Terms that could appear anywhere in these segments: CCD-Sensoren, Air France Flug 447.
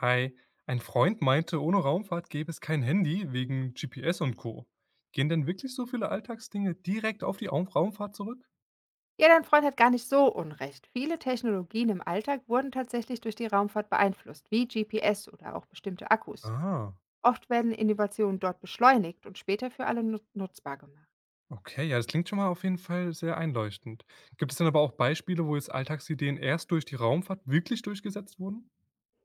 Hi, ein Freund meinte, ohne Raumfahrt gäbe es kein Handy wegen GPS und Co. Gehen denn wirklich so viele Alltagsdinge direkt auf die Raumfahrt zurück? Ja, dein Freund hat gar nicht so unrecht. Viele Technologien im Alltag wurden tatsächlich durch die Raumfahrt beeinflusst, wie GPS oder auch bestimmte Akkus. Ah, Oft werden Innovationen dort beschleunigt und später für alle nutzbar gemacht. okay, ja, das klingt schon mal auf jeden Fall sehr einleuchtend. Gibt es denn aber auch Beispiele, wo jetzt Alltagsideen erst durch die Raumfahrt wirklich durchgesetzt wurden?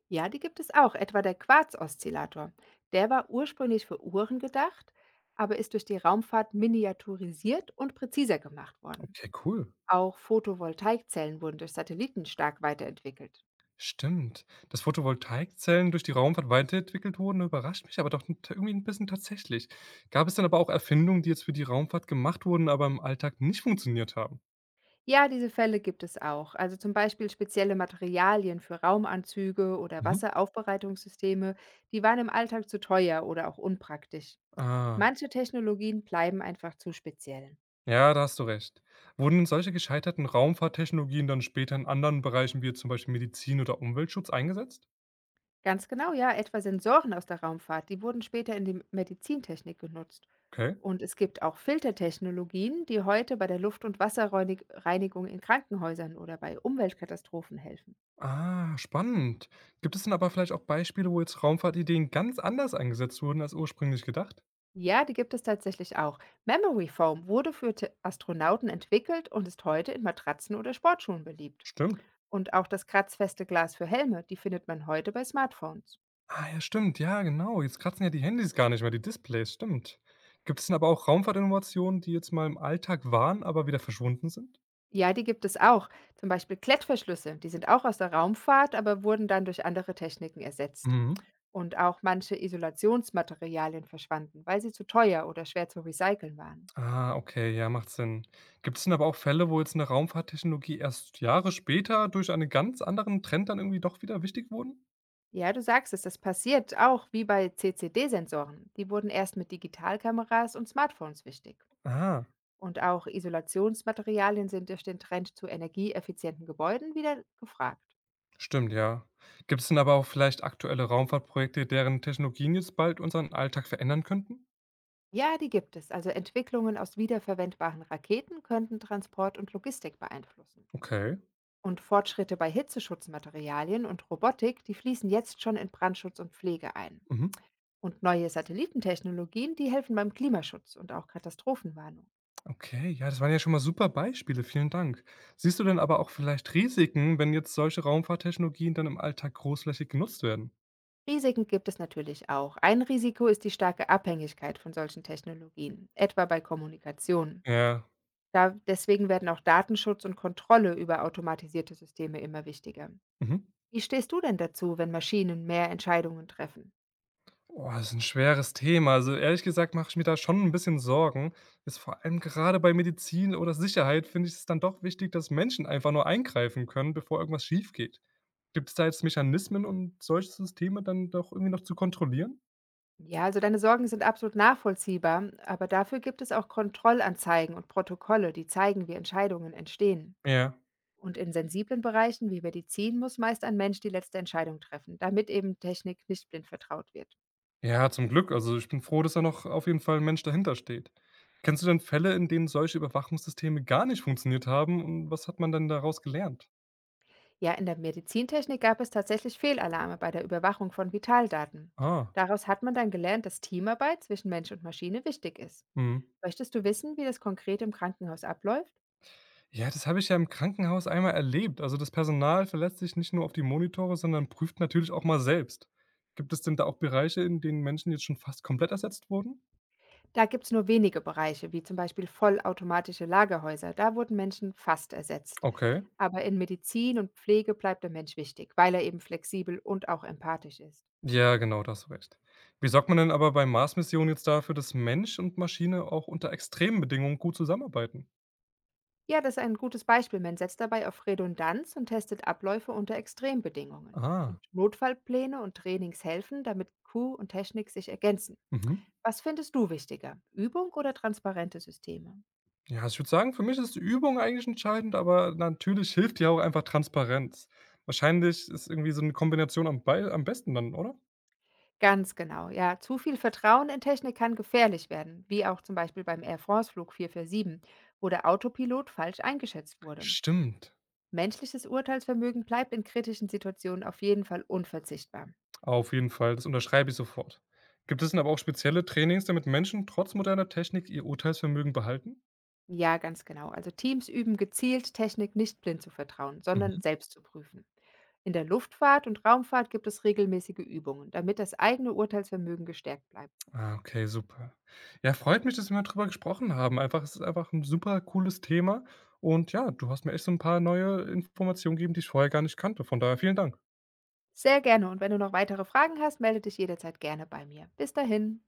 Ja, die gibt es auch, etwa der Quarz-Oszillator. Der war ursprünglich für Uhren gedacht, aber ist durch die Raumfahrt miniaturisiert und präziser gemacht worden. Okay, cool. Auch Photovoltaikzellen wurden durch Satelliten stark weiterentwickelt. Stimmt. Dass Photovoltaikzellen durch die Raumfahrt weiterentwickelt wurden, überrascht mich aber doch irgendwie ein bisschen tatsächlich. Gab es denn aber auch Erfindungen, die jetzt für die Raumfahrt gemacht wurden, aber im Alltag nicht funktioniert haben? Ja, diese Fälle gibt es auch. Also zum Beispiel spezielle Materialien für Raumanzüge oder Mhm. Wasseraufbereitungssysteme, die waren im Alltag zu teuer oder auch unpraktisch. Ah, Manche Technologien bleiben einfach zu speziell. ja, da hast du recht. Wurden denn solche gescheiterten Raumfahrttechnologien dann später in anderen Bereichen wie zum Beispiel Medizin oder Umweltschutz eingesetzt? Ganz genau, ja, etwa Sensoren aus der Raumfahrt, die wurden später in die Medizintechnik genutzt. Okay. Und es gibt auch Filtertechnologien, die heute bei der Luft- und Wasserreinigung in Krankenhäusern oder bei Umweltkatastrophen helfen. Ah, spannend. Gibt es denn aber vielleicht auch Beispiele, wo jetzt Raumfahrtideen ganz anders eingesetzt wurden als ursprünglich gedacht? Ja, die gibt es tatsächlich auch. Memory Foam wurde für Astronauten entwickelt und ist heute in Matratzen oder Sportschuhen beliebt. Stimmt. Und auch das kratzfeste Glas für Helme, die findet man heute bei Smartphones. Ah, ja, stimmt, ja, genau. Jetzt kratzen ja die Handys gar nicht mehr, die Displays, stimmt. Gibt es denn aber auch Raumfahrtinnovationen, die jetzt mal im Alltag waren, aber wieder verschwunden sind? Ja, die gibt es auch. Zum Beispiel Klettverschlüsse, die sind auch aus der Raumfahrt, aber wurden dann durch andere Techniken ersetzt. Mhm. Und auch manche Isolationsmaterialien verschwanden, weil sie zu teuer oder schwer zu recyceln waren. Ah, okay, ja, macht Sinn. Gibt es denn aber auch Fälle, wo jetzt eine Raumfahrttechnologie erst Jahre später durch einen ganz anderen Trend dann irgendwie doch wieder wichtig wurden? Ja, du sagst es, das passiert auch wie bei CCD-Sensoren. Die wurden erst mit Digitalkameras und Smartphones wichtig. Ah, Und auch Isolationsmaterialien sind durch den Trend zu energieeffizienten Gebäuden wieder gefragt. stimmt, ja. Gibt es denn aber auch vielleicht aktuelle Raumfahrtprojekte, deren Technologien jetzt bald unseren Alltag verändern könnten? Ja, die gibt es. Also Entwicklungen aus wiederverwendbaren Raketen könnten Transport und Logistik beeinflussen. Okay. Und Fortschritte bei Hitzeschutzmaterialien und Robotik, die fließen jetzt schon in Brandschutz und Pflege ein. Mhm. Und neue Satellitentechnologien, die helfen beim Klimaschutz und auch Katastrophenwarnung. Okay, ja, das waren ja schon mal super Beispiele, vielen Dank. Siehst du denn aber auch vielleicht Risiken, wenn jetzt solche Raumfahrttechnologien dann im Alltag großflächig genutzt werden? Risiken gibt es natürlich auch. Ein Risiko ist die starke Abhängigkeit von solchen Technologien, etwa bei Kommunikation. Ja. Da deswegen werden auch Datenschutz und Kontrolle über automatisierte Systeme immer wichtiger. Mhm. Wie stehst du denn dazu, wenn Maschinen mehr Entscheidungen treffen? Boah, das ist ein schweres Thema. Also, ehrlich gesagt mache ich mir da schon ein bisschen Sorgen. Ist vor allem gerade bei Medizin oder Sicherheit finde ich es dann doch wichtig, dass Menschen einfach nur eingreifen können, bevor irgendwas schiefgeht. Es da jetzt Mechanismen, um solche Systeme dann doch irgendwie noch zu kontrollieren? Ja, also deine Sorgen sind absolut nachvollziehbar, aber dafür gibt es auch Kontrollanzeigen und Protokolle, die zeigen, wie Entscheidungen entstehen. Ja. Und in sensiblen Bereichen wie Medizin muss meist ein Mensch die letzte Entscheidung treffen, damit eben Technik nicht blind vertraut wird. Ja, zum Glück. Also, ich bin froh, dass da noch auf jeden Fall ein Mensch dahinter steht. Kennst du denn Fälle, in denen solche Überwachungssysteme gar nicht funktioniert haben und was hat man denn daraus gelernt? Ja, in der Medizintechnik gab es tatsächlich Fehlalarme bei der Überwachung von Vitaldaten. Ah, Daraus hat man dann gelernt, dass Teamarbeit zwischen Mensch und Maschine wichtig ist. mhm. Möchtest du wissen, wie das konkret im Krankenhaus abläuft? Ja, das habe ich ja im Krankenhaus einmal erlebt. Also das Personal verlässt sich nicht nur auf die Monitore, sondern prüft natürlich auch mal selbst. Gibt es denn da auch Bereiche, in denen Menschen jetzt schon fast komplett ersetzt wurden? Da gibt es nur wenige Bereiche, wie zum Beispiel vollautomatische Lagerhäuser. Da wurden Menschen fast ersetzt. Okay. Aber in Medizin und Pflege bleibt der Mensch wichtig, weil er eben flexibel und auch empathisch ist. Ja, genau, da hast du recht. Wie sorgt man denn aber bei Mars-Missionen jetzt dafür, dass Mensch und Maschine auch unter extremen Bedingungen gut zusammenarbeiten? Ja, das ist ein gutes Beispiel. Man setzt dabei auf Redundanz und testet Abläufe unter Extrembedingungen. Ah, Und Notfallpläne und Trainings helfen, damit Crew und Technik sich ergänzen. mhm. Was findest du wichtiger? Übung oder transparente Systeme? Ja, also ich würde sagen, für mich ist die Übung eigentlich entscheidend, aber natürlich hilft ja auch einfach Transparenz. Wahrscheinlich ist irgendwie so eine Kombination am besten dann, oder? Ganz genau, ja. Zu viel Vertrauen in Technik kann gefährlich werden, wie auch zum Beispiel beim Air France Flug 447, wo der Autopilot falsch eingeschätzt wurde. Stimmt. Menschliches Urteilsvermögen bleibt in kritischen Situationen auf jeden Fall unverzichtbar. Auf jeden Fall, das unterschreibe ich sofort. Gibt es denn aber auch spezielle Trainings, damit Menschen trotz moderner Technik ihr Urteilsvermögen behalten? Ja, ganz genau. Also Teams üben gezielt, Technik nicht blind zu vertrauen, sondern Mhm. selbst zu prüfen. In der Luftfahrt und Raumfahrt gibt es regelmäßige Übungen, damit das eigene Urteilsvermögen gestärkt bleibt. Ah, okay, super. Ja, freut mich, dass wir mal drüber gesprochen haben. Es ist einfach ein super cooles Thema und ja, du hast mir echt so ein paar neue Informationen gegeben, die ich vorher gar nicht kannte. Von daher vielen Dank. Sehr gerne. Und wenn du noch weitere Fragen hast, melde dich jederzeit gerne bei mir. Bis dahin.